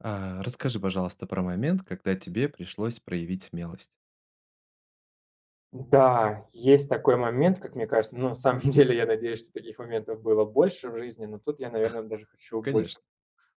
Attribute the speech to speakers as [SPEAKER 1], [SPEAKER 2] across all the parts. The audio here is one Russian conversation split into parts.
[SPEAKER 1] Расскажи, пожалуйста, про момент, когда тебе пришлось проявить смелость.
[SPEAKER 2] Да, есть такой момент, как мне кажется. Но на самом деле я надеюсь, что таких моментов было больше в жизни. Но тут я, наверное, даже хочу больше
[SPEAKER 1] Конечно.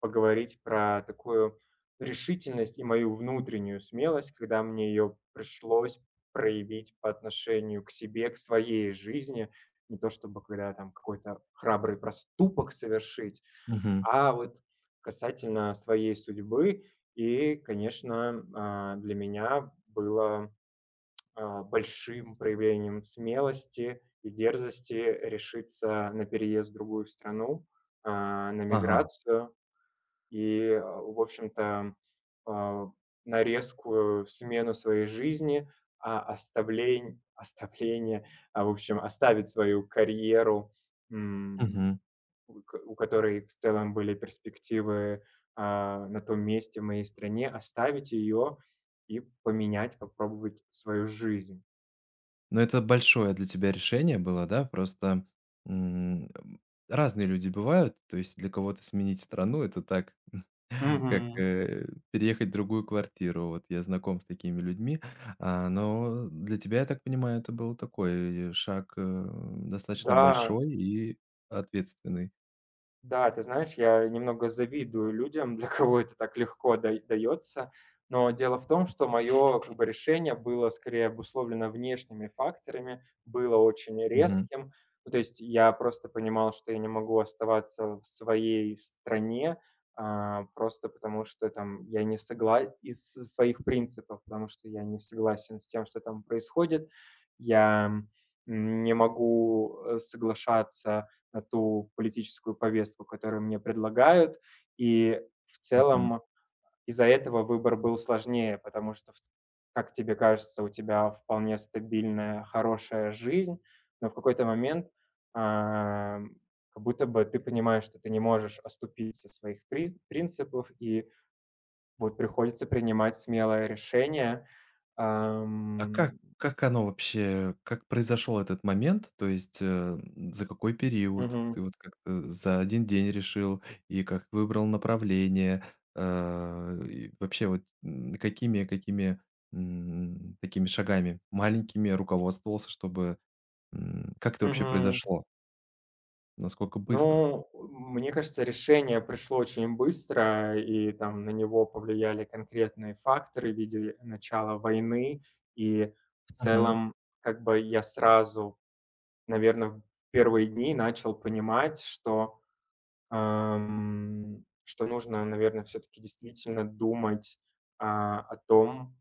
[SPEAKER 2] поговорить про такую решительность и мою внутреннюю смелость, когда мне ее пришлось проявить по отношению к себе, к своей жизни. Не то чтобы когда там какой-то храбрый проступок совершить,
[SPEAKER 1] Мгм.
[SPEAKER 2] а вот касательно своей судьбы. И, конечно, для меня было большим проявлением смелости и дерзости решиться на переезд в другую страну, на
[SPEAKER 1] Ага.
[SPEAKER 2] миграцию и, в общем-то, а, на резкую смену своей жизни, а, оставлень оставление, в общем, оставить свою карьеру, м,
[SPEAKER 1] Мгм.
[SPEAKER 2] у которой в целом были перспективы, на том месте, в моей стране, оставить ее и поменять, попробовать свою жизнь.
[SPEAKER 1] Но это большое для тебя решение было, да? Просто, м, разные люди бывают. То есть для кого-то сменить страну- это так, как,
[SPEAKER 2] Мгм.
[SPEAKER 1] переехать в другую квартиру. Вот я знаком с такими людьми. Но для тебя, я так понимаю, это был такой шаг, достаточно
[SPEAKER 2] Да,
[SPEAKER 1] большой и ответственный.
[SPEAKER 2] да, ты знаешь, я немного завидую людям, для кого это так легко дай дается. Но дело в том, что мое, как бы, решение было скорее обусловлено внешними факторами, было очень
[SPEAKER 1] Мгм.
[SPEAKER 2] резким. Ну, то есть я просто понимал, что я не могу оставаться в своей стране, просто потому что там я не согласен из своих принципов, потому что я не согласен с тем, что там происходит. Я, не могу, соглашаться на ту политическую повестку, которую мне предлагают. И в
[SPEAKER 1] Мгм.
[SPEAKER 2] целом из-за этого выбор был сложнее, потому что, как тебе кажется, у тебя вполне стабильная, хорошая жизнь, но в какой-то момент а, как будто бы ты понимаешь, что ты не можешь оступиться своих принципов, и вот приходится принимать смелое решение.
[SPEAKER 1] А как
[SPEAKER 2] Ам,
[SPEAKER 1] как оно вообще, как произошел этот момент? То есть, за какой период
[SPEAKER 2] Мгм,
[SPEAKER 1] ты вот как-то за один день решил и как выбрал направление? И вообще вот, какими такими шагами маленькими руководствовался, чтобы, как это вообще
[SPEAKER 2] мгм.
[SPEAKER 1] произошло? Насколько быстро?
[SPEAKER 2] Ну, мне кажется, решение пришло очень быстро, и там на него повлияли конкретные факторы в виде начала войны. И в
[SPEAKER 1] Мгм.
[SPEAKER 2] целом, как бы я сразу, наверное, в первые дни начал понимать, что, нужно, наверное, все-таки действительно думать о том,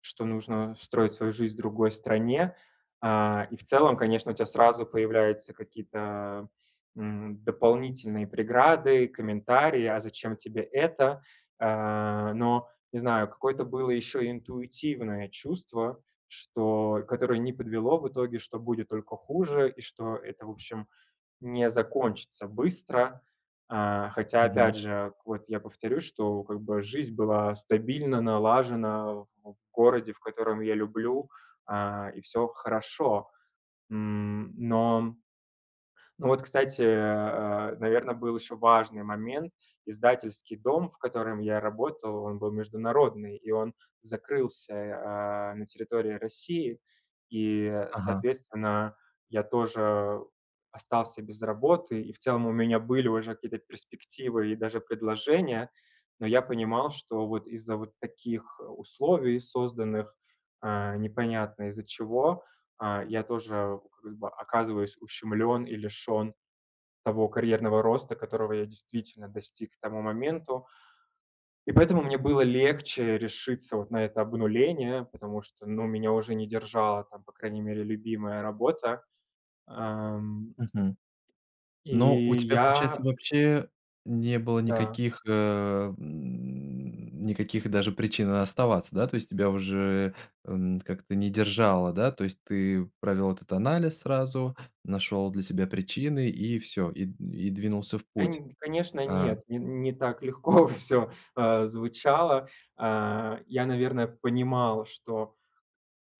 [SPEAKER 2] что нужно строить свою жизнь в другой стране. И в целом, конечно, у тебя сразу появляются какие-то, дополнительные преграды, комментарии: "А зачем тебе это?" Но, не знаю, какое-то было еще интуитивное чувство, что которое не подвело в итоге, что будет только хуже и что это, в общем, не закончится быстро. Хотя,
[SPEAKER 1] Мгм.
[SPEAKER 2] опять же, вот я повторю, что как бы жизнь была стабильно налажена в городе, в котором я люблю, и все хорошо. Но ну вот, кстати, наверно, был еще важный момент. Издательский дом, в котором я работал, он был международный, и он закрылся, на территории России. И,
[SPEAKER 1] Ага.
[SPEAKER 2] соответственно, я тоже остался без работы. И в целом у меня были уже какие-то перспективы и даже предложения, но я понимал, что вот из-за вот таких условий, созданных, непонятно из-за чего, я тоже как бы оказываюсь ущемлен и лишен того карьерного роста, которого я действительно достиг к тому моменту. И поэтому мне было легче решиться вот на это обнуление, потому что, ну, меня уже не держала там, по крайней мере, любимая работа. Ам,
[SPEAKER 1] Мгм. Но у
[SPEAKER 2] и
[SPEAKER 1] тебя, получается,
[SPEAKER 2] я,
[SPEAKER 1] вообще не было
[SPEAKER 2] да,
[SPEAKER 1] никаких даже причин оставаться, да? То есть тебя уже, как-то не держало, да? То есть ты провел этот анализ сразу, нашел для себя причины и все и двинулся в
[SPEAKER 2] да,
[SPEAKER 1] путь.
[SPEAKER 2] конечно,
[SPEAKER 1] А,
[SPEAKER 2] нет, не так легко все звучало. Я, наверное, понимал, что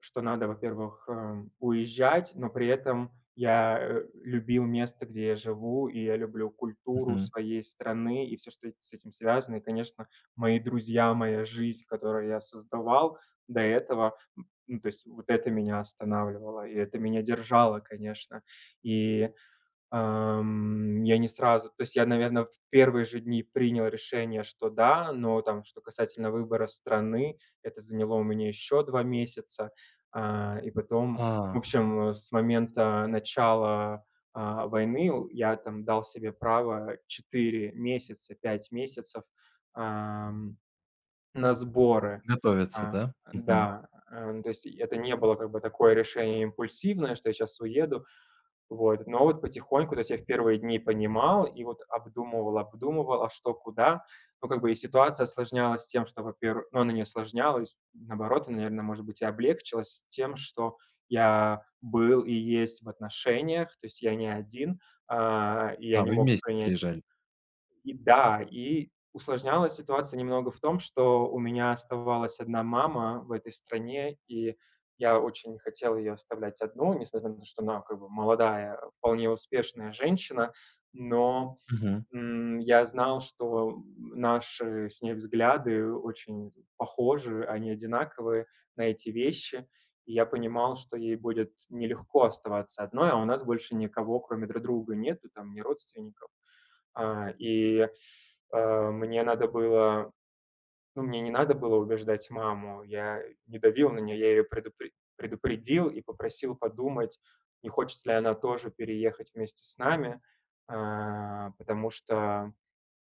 [SPEAKER 2] что надо, во-первых, уезжать, но при этом я, любил место, где я живу, и я люблю культуру
[SPEAKER 1] мгм.
[SPEAKER 2] своей страны и все, что с этим связано. И, конечно, мои друзья, моя жизнь, которую я создавал до этого, ну, то есть вот это меня останавливало, и это меня держало, конечно. И я не сразу, то есть я, наверное, в первые же дни принял решение, что да, но там, что касательно выбора страны, это заняло у меня еще 2 месяца. И потом,
[SPEAKER 1] А,
[SPEAKER 2] в общем, с момента начала, войны у я там дал себе право 4 месяца, 5 месяцев, на сборы.
[SPEAKER 1] готовятся,
[SPEAKER 2] А,
[SPEAKER 1] да? Мгм.
[SPEAKER 2] да, то есть это не было как бы такое решение импульсивное, что я сейчас уеду. Вот, но вот потихоньку, то есть я в первые дни понимал и вот обдумывал, обдумывал, а что, куда. Ну, как бы и ситуация осложнялась тем, что, во-первых, ну, она не осложнялась, наоборот, она, наверно, может быть, и облегчилась тем, что я был и есть в отношениях, то есть я не один, и я
[SPEAKER 1] А,
[SPEAKER 2] не
[SPEAKER 1] вы
[SPEAKER 2] мог
[SPEAKER 1] вместе
[SPEAKER 2] принять.
[SPEAKER 1] переезжали.
[SPEAKER 2] И да, и усложнялась ситуация немного в том, что у меня оставалась одна мама в этой стране, и я очень не хотел ее оставлять одну, несмотря на то, что она как бы молодая, вполне успешная женщина. Но,
[SPEAKER 1] Мгм,
[SPEAKER 2] я знал, что наши с ней взгляды очень похожи, они одинаковые на эти вещи. И я понимал, что ей будет нелегко оставаться одной, а у нас больше никого, кроме друг друга, нету, там ни родственников. А, и, э, мне надо было Ну, мне не надо было убеждать маму. Я не давил на нее, я ее предупредил и попросил подумать, не хочет ли она тоже переехать вместе с нами, потому что,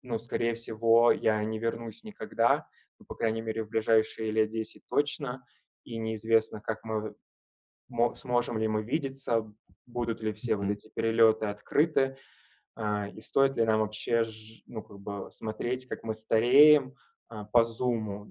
[SPEAKER 2] ну, скорее всего, я не вернусь никогда, ну, по крайней мере, в ближайшие лет 10 точно, и неизвестно, как мы мо сможем ли мы видеться, будут ли все вот
[SPEAKER 1] мгм.
[SPEAKER 2] эти перелеты открыты. И стоит ли нам вообще ж ну, как бы смотреть, как мы стареем, по "Зуму"?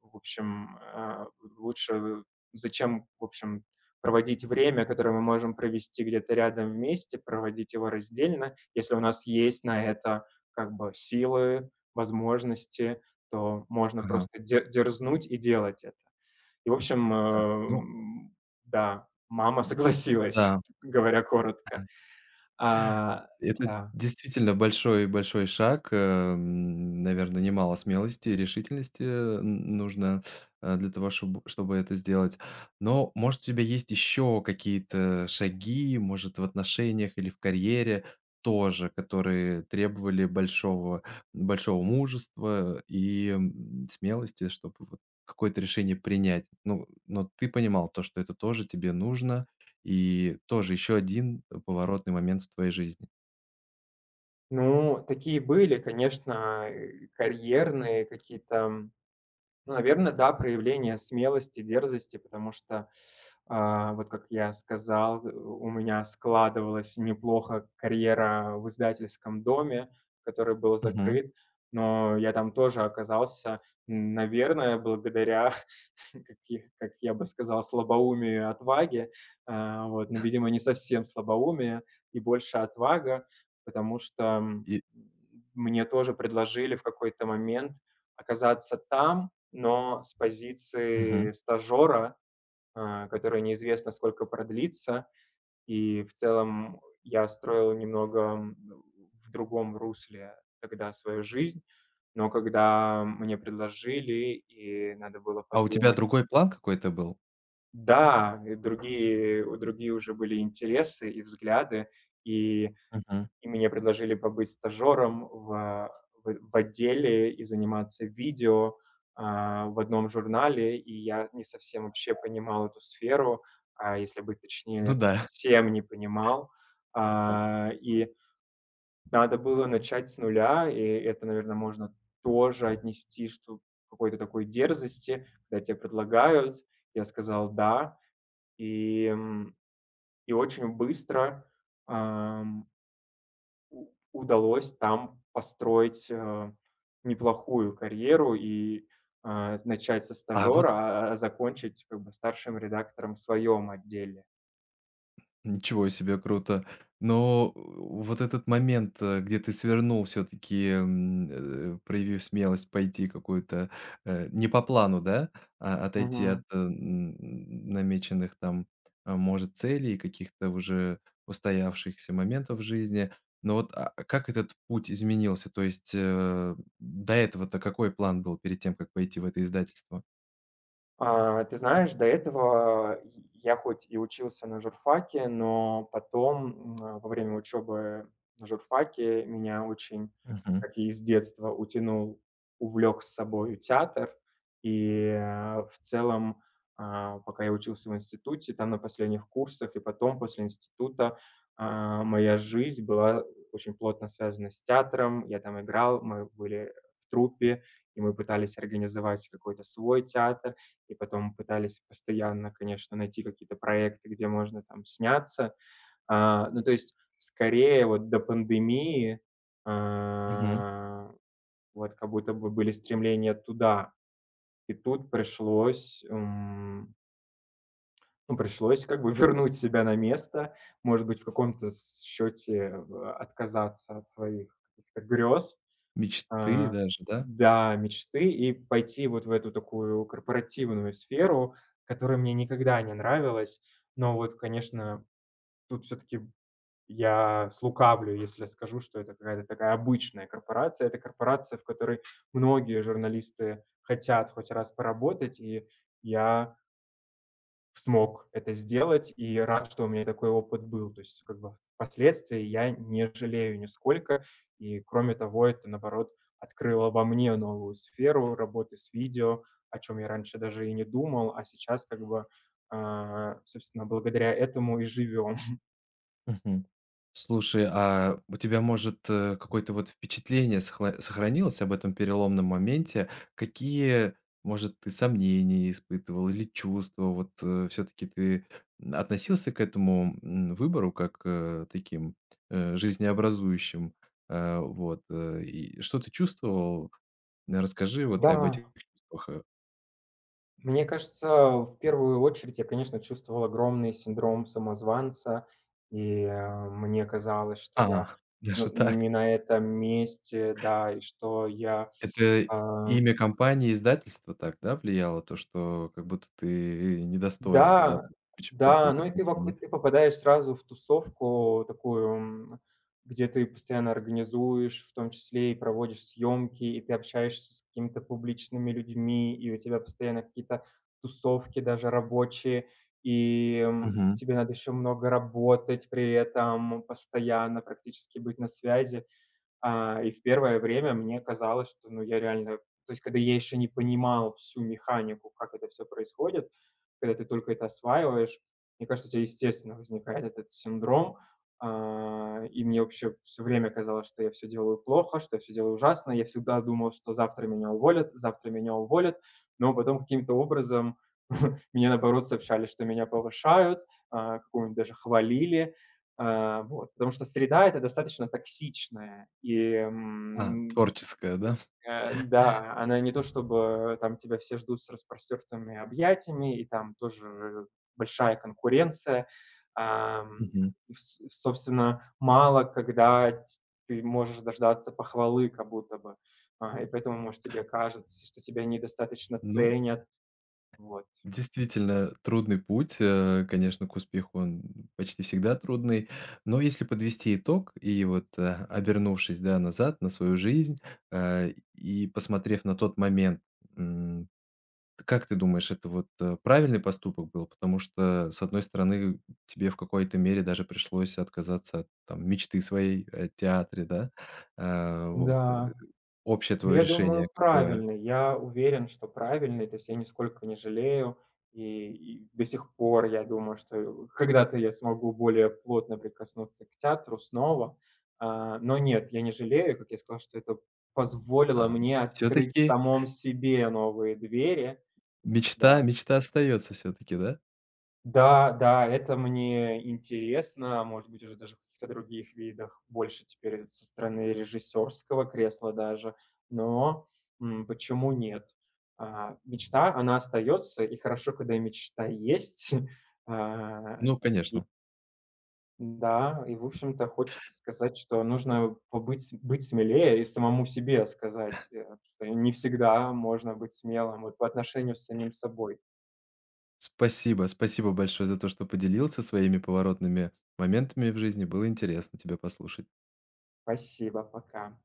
[SPEAKER 2] В общем, а, лучше зачем, в общем, проводить время, которое мы можем провести где-то рядом вместе, проводить его раздельно. Если у нас есть на это как бы силы, возможности, то можно
[SPEAKER 1] Ага.
[SPEAKER 2] просто дерзнуть и делать это. И, в общем,
[SPEAKER 1] Так, ну
[SPEAKER 2] да, мама согласилась,
[SPEAKER 1] да.
[SPEAKER 2] говоря коротко. А,
[SPEAKER 1] Это
[SPEAKER 2] да.
[SPEAKER 1] действительно большой большой шаг. Наверное, немало смелости и решительности, н нужно, для того, чтобы это сделать. Но, может, у тебя есть еще какие-то шаги, может, в отношениях или в карьере тоже, которые требовали большого большого мужества и, смелости, чтобы вот какое-то решение принять. Ну, но ты понимал то, что это тоже тебе нужно и тоже еще один поворотный момент в твоей жизни.
[SPEAKER 2] Ну, такие были, конечно, карьерные какие-то, ну, наверное, да, проявление смелости, дерзости, потому что, вот как я сказал, у меня складывалась неплохо карьера в издательском доме, который был
[SPEAKER 1] Мгм.
[SPEAKER 2] закрыт, но я там тоже оказался, наверное, благодаря, как я бы сказал, слабоумию и отваге. Вот, но, видимо, не совсем слабоумие и больше отвага, потому что,
[SPEAKER 1] И
[SPEAKER 2] мне тоже предложили в какой-то момент оказаться там, но с
[SPEAKER 1] мгм.
[SPEAKER 2] позиции стажера, которая неизвестно сколько продлится, и в целом я строил немного, в другом русле тогда свою жизнь. Но когда мне предложили и надо было
[SPEAKER 1] А у тебя другой
[SPEAKER 2] подумать.
[SPEAKER 1] план какой-то был?
[SPEAKER 2] Да, и другие уже были интересы и взгляды, и
[SPEAKER 1] Мгм.
[SPEAKER 2] и мне предложили побыть стажером в отделе и заниматься видео, в одном журнале, и я не совсем вообще понимал эту сферу, если быть точнее,
[SPEAKER 1] Ну
[SPEAKER 2] наверное,
[SPEAKER 1] да.
[SPEAKER 2] совсем не понимал. И надо было начать с нуля, и это, наверное, можно тоже отнести, что к какой-то такой дерзости, когда те предлагают. Я сказал "да", и, м, и очень быстро, ам у удалось там построить, неплохую карьеру и, начать со
[SPEAKER 1] А
[SPEAKER 2] стажера,
[SPEAKER 1] вот.
[SPEAKER 2] а закончить как бы старшим редактором в своем отделе.
[SPEAKER 1] Ничего себе, круто. Но вот этот момент, где ты свернул все-таки, проявив смелость пойти какую-то, не по плану, да, а отойти от, намеченных там, а, может, целей, каких-то уже устоявшихся моментов в жизни. Но вот а как этот путь изменился? То есть до этого-то какой план был перед тем, как пойти в это издательство?
[SPEAKER 2] Ты знаешь, до этого й я хоть и учился на журфаке, но потом, во время учебы на журфаке меня очень,
[SPEAKER 1] Мгм.
[SPEAKER 2] как и с детства, утянул, увлек с собой театр. И, в целом, пока я учился в институте, там на последних курсах и потом после института, моя жизнь была очень плотно связана с театром. Я там играл, мы были в труппе, и мы пытались организовать какой-то свой театр и потом пытались постоянно, конечно, найти какие-то проекты, где можно там сняться. Ну, то есть, скорее, вот до пандемии,
[SPEAKER 1] Мгм.
[SPEAKER 2] а, вот как будто бы были стремления туда. И тут пришлось как бы вернуть себя на место, может быть, в каком-то с счете, отказаться от своих каких-то грез,
[SPEAKER 1] Мечты
[SPEAKER 2] а,
[SPEAKER 1] даже, да?
[SPEAKER 2] да, мечты и пойти вот в эту такую корпоративную сферу, которая мне никогда не нравилась. Но вот, конечно, тут все-таки я слукавлю, если скажу, что это какая-то такая обычная корпорация. Это корпорация, в которой многие журналисты хотят хоть раз поработать, и я смог это сделать и рад, что у меня такой опыт был. То есть, как бы впоследствии я не жалею нисколько. И кроме того, это наоборот открыло во мне новую сферу работы с видео, о чем я раньше даже и не думал, а сейчас как бы, собственно, благодаря этому и живем.
[SPEAKER 1] Мгм. Слушай, а у тебя, может, какое-то вот впечатление сохранилось об этом переломном моменте? Какие, может, ты сомнения испытывал или чувства? Вот все-таки ты относился к этому выбору как таким жизнеобразующим? Вот. И что ты чувствовал? Расскажи вот об
[SPEAKER 2] Да.
[SPEAKER 1] этих чувствах.
[SPEAKER 2] Мне кажется, в первую очередь я, конечно, чувствовал огромный синдром самозванца, и, мне казалось, что я,
[SPEAKER 1] Даже
[SPEAKER 2] ну,
[SPEAKER 1] так?
[SPEAKER 2] не на этом месте, да, и что я,
[SPEAKER 1] Это
[SPEAKER 2] а
[SPEAKER 1] имя компании, издательства так, да, влияло? То, что как будто ты недостоин туда
[SPEAKER 2] Да,
[SPEAKER 1] поч по
[SPEAKER 2] да,
[SPEAKER 1] какой-то
[SPEAKER 2] ну и
[SPEAKER 1] причине.
[SPEAKER 2] ты попадаешь сразу в тусовку такую, где ты постоянно организуешь, в том числе и проводишь съемки, и ты общаешься с какими-то публичными людьми, и у тебя постоянно какие-то тусовки, даже рабочие, и,
[SPEAKER 1] Мгм.
[SPEAKER 2] тебе надо еще много работать при этом, постоянно практически быть на связи. И в первое время мне казалось, что, ну, я реально то есть, когда я еще не понимал всю механику, как это все происходит, когда ты только это осваиваешь, мне кажется, у тебя естественно возникает этот синдром. И мне вообще все время казалось, что я все делаю плохо, что я всё делаю ужасно. Я всегда думал, что завтра меня уволят, но потом каким-то образом мне, наоборот, сообщали, что меня повышают, какого-нибудь даже хвалили. Вот, потому что среда- это достаточно токсичная,
[SPEAKER 1] А, творческое, да?
[SPEAKER 2] да, она не то чтобы там тебя все ждут с распростертыми объятиями, и там тоже большая конкуренция. Ам,
[SPEAKER 1] Мгм.
[SPEAKER 2] и с собственно, мало когда ть ты можешь дождаться похвалы как будто бы, и поэтому, может, тебе кажется, что тебя недостаточно
[SPEAKER 1] Ну,
[SPEAKER 2] ценят. Вот.
[SPEAKER 1] действительно трудный путь, конечно, к успеху, он почти всегда трудный. Но если подвести итог и вот, обернувшись, да, назад на свою жизнь, и посмотрев на тот момент, м, Т как ты думаешь, это вот, правильный поступок был? Потому что, с одной стороны, тебе в какой-то мере даже пришлось отказаться от, там, мечты своей о театре, да? А, вот,
[SPEAKER 2] Да.
[SPEAKER 1] общее
[SPEAKER 2] Да,
[SPEAKER 1] твое
[SPEAKER 2] я думаю,
[SPEAKER 1] решение какое?
[SPEAKER 2] правильный. Я уверен, что правильный. То есть я нисколько не жалею. И до сих пор я думаю, что когда-то я смогу более плотно прикоснуться к театру снова. Но нет, я не жалею. Как я сказал, что это позволило
[SPEAKER 1] А,
[SPEAKER 2] мне открыть в
[SPEAKER 1] всё-таки
[SPEAKER 2] самом себе новые двери. Да.
[SPEAKER 1] мечта остается все таки, да?
[SPEAKER 2] Да, да, это мне интересно, а может быть, уже даже в каких-то других видах, больше теперь со стороны режиссерского кресла даже, но, почему нет? Мечта, она остается, и хорошо, когда мечта есть. А,
[SPEAKER 1] Ну, конечно.
[SPEAKER 2] да, и, в общем-то, хочется сказать, что нужно побыть быть смелее и самому себе сказать, что не
[SPEAKER 1] С
[SPEAKER 2] всегда можно быть смелым, вот, по отношению с самим собой.
[SPEAKER 1] спасибо спасибо большое за то, что поделился своими поворотными моментами в жизни. Было интересно тебя послушать.
[SPEAKER 2] Спасибо, пока.